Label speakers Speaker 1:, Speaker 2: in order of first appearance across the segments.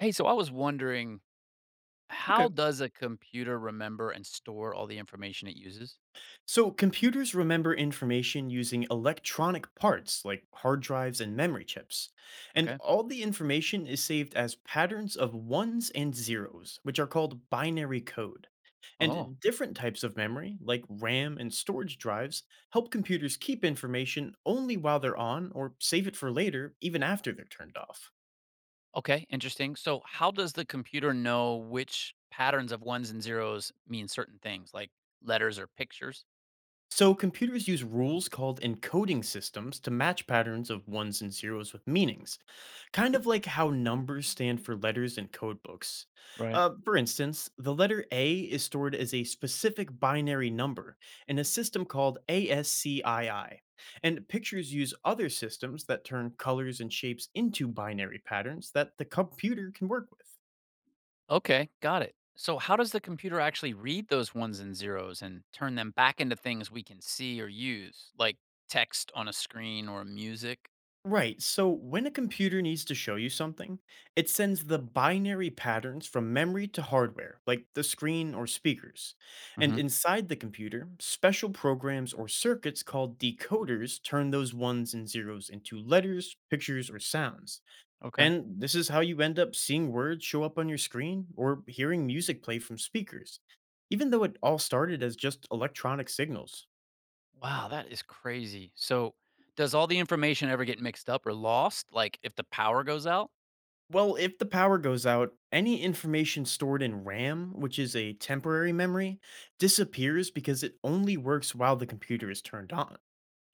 Speaker 1: Hey, so I was wondering, how
Speaker 2: Okay.
Speaker 1: does a computer remember and store all the information it uses?
Speaker 2: So computers remember information using electronic parts like hard drives and memory chips. And
Speaker 1: Okay.
Speaker 2: all the information is saved as patterns of ones and zeros, which are called binary code.
Speaker 1: Oh,
Speaker 2: And different types of memory, like RAM and storage drives, help computers keep information only while they're on or save it for later, even after they're turned off.
Speaker 1: okay. Interesting. So, how does the computer know which patterns of ones and zeros mean certain things, like letters or pictures?
Speaker 2: So, computers use rules called encoding systems to match patterns of ones and zeros with meanings, kind of like how numbers stand for letters in code books.
Speaker 1: Right.
Speaker 2: For instance, the letter A is stored as a specific binary number in a system called ASCII, and pictures use other systems that turn colors and shapes into binary patterns that the computer can work with.
Speaker 1: Okay. Got it. So, how does the computer actually read those ones and zeros and turn them back into things we can see or use, like text on a screen or music?
Speaker 2: Right. So when a computer needs to show you something, it sends the binary patterns from memory to hardware, like the screen or speakers. And
Speaker 1: Hmm.
Speaker 2: inside the computer, special programs or circuits called decoders turn those ones and zeros into letters, pictures, or sounds.
Speaker 1: Okay.
Speaker 2: And this is how you end up seeing words show up on your screen or hearing music play from speakers, even though it all started as just electronic signals.
Speaker 1: Wow, that is crazy. So, does all the information ever get mixed up or lost? Like if the power goes out?
Speaker 2: Well, if the power goes out, any information stored in RAM, which is a temporary memory, disappears because it only works while the computer is turned on.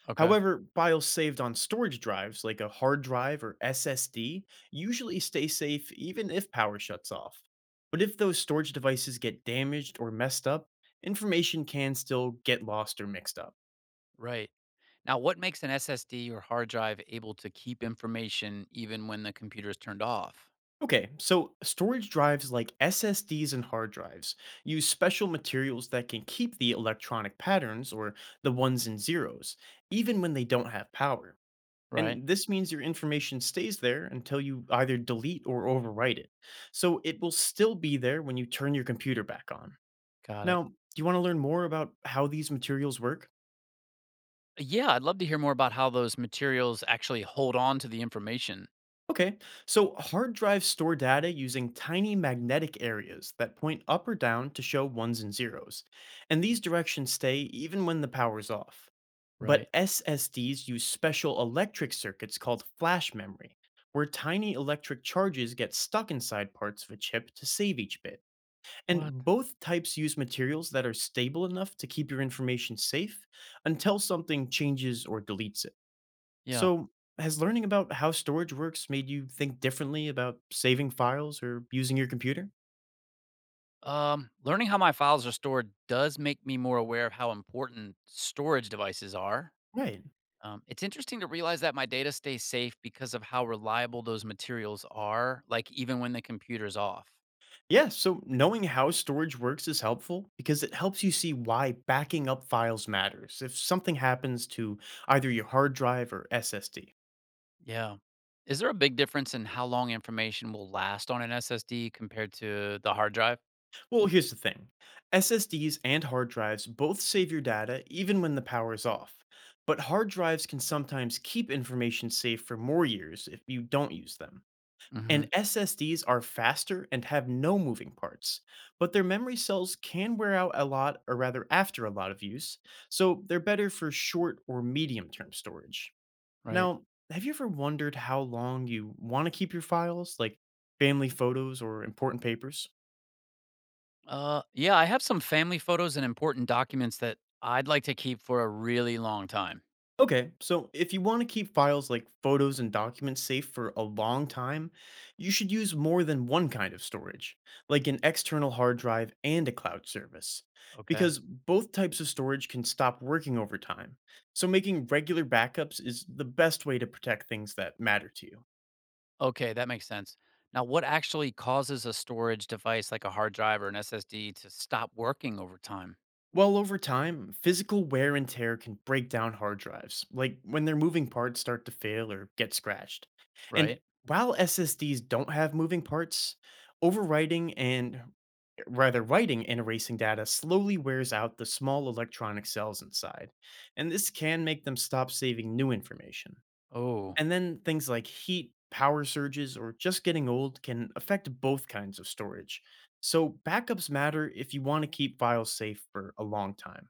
Speaker 1: Okay.
Speaker 2: However, files saved on storage drives like a hard drive or SSD usually stay safe even if power shuts off. But if those storage devices get damaged or messed up, information can still get lost or mixed up.
Speaker 1: Right. Now, what makes an SSD or hard drive able to keep information even when the computer is turned off?
Speaker 2: Okay, so storage drives like SSDs and hard drives use special materials that can keep the electronic patterns or the ones and zeros, even when they don't have power.
Speaker 1: Right.
Speaker 2: And this means your information stays there until you either delete or overwrite it. So it will still be there when you turn your computer back on.
Speaker 1: Got it.
Speaker 2: Now, do you want to learn more about how these materials work?
Speaker 1: Yeah, I'd love to hear more about how those materials actually hold on to the information.
Speaker 2: Okay, so hard drives store data using tiny magnetic areas that point up or down to show ones and zeros, and these directions stay even when the power's off.
Speaker 1: Right.
Speaker 2: But SSDs use special electric circuits called flash memory, where tiny electric charges get stuck inside parts of a chip to save each bit. And
Speaker 1: What?
Speaker 2: both types use materials that are stable enough to keep your information safe until something changes or deletes it.
Speaker 1: Yeah.
Speaker 2: So, has learning about how storage works made you think differently about saving files or using your computer?
Speaker 1: Learning how my files are stored does make me more aware of how important storage devices are.
Speaker 2: Right.
Speaker 1: It's interesting to realize that my data stays safe because of how reliable those materials are, like even when the computer's off.
Speaker 2: Yeah, so knowing how storage works is helpful because it helps you see why backing up files matters if something happens to either your hard drive or SSD.
Speaker 1: Yeah. Is there a big difference in how long information will last on an SSD compared to the hard drive?
Speaker 2: Well, here's the thing. SSDs and hard drives both save your data even when the power is off, but hard drives can sometimes keep information safe for more years if you don't use them.
Speaker 1: Hmm.
Speaker 2: And SSDs are faster and have no moving parts, but their memory cells can wear out a lot, or rather, after a lot of use, so they're better for short or medium term storage.
Speaker 1: Right.
Speaker 2: Now, have you ever wondered how long you want to keep your files, like family photos or important papers?
Speaker 1: Yeah, I have some family photos and important documents that I'd like to keep for a really long time.
Speaker 2: Okay, so if you want to keep files like photos and documents safe for a long time, you should use more than one kind of storage, like an external hard drive and a cloud service,
Speaker 1: Okay.
Speaker 2: because both types of storage can stop working over time. So making regular backups is the best way to protect things that matter to you.
Speaker 1: Okay, that makes sense. Now, what actually causes a storage device like a hard drive or an SSD to stop working over time?
Speaker 2: Well, over time, physical wear and tear can break down hard drives, like when their moving parts start to fail or get scratched. And
Speaker 1: Right.
Speaker 2: while SSDs don't have moving parts, overwriting and rather writing and erasing data slowly wears out the small electronic cells inside, and this can make them stop saving new information.
Speaker 1: Oh,
Speaker 2: And then things like heat, power surges, or just getting old can affect both kinds of storage. So backups matter if you want to keep files safe for a long time.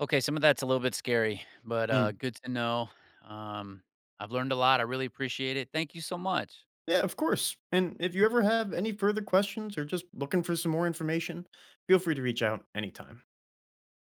Speaker 1: okay, some of that's a little bit scary, but,
Speaker 2: Mm,
Speaker 1: good to know. Um, I've learned a lot. I really appreciate it. Thank you so much.
Speaker 2: yeah, of course. And if you ever have any further questions or just looking for some more information, feel free to reach out anytime.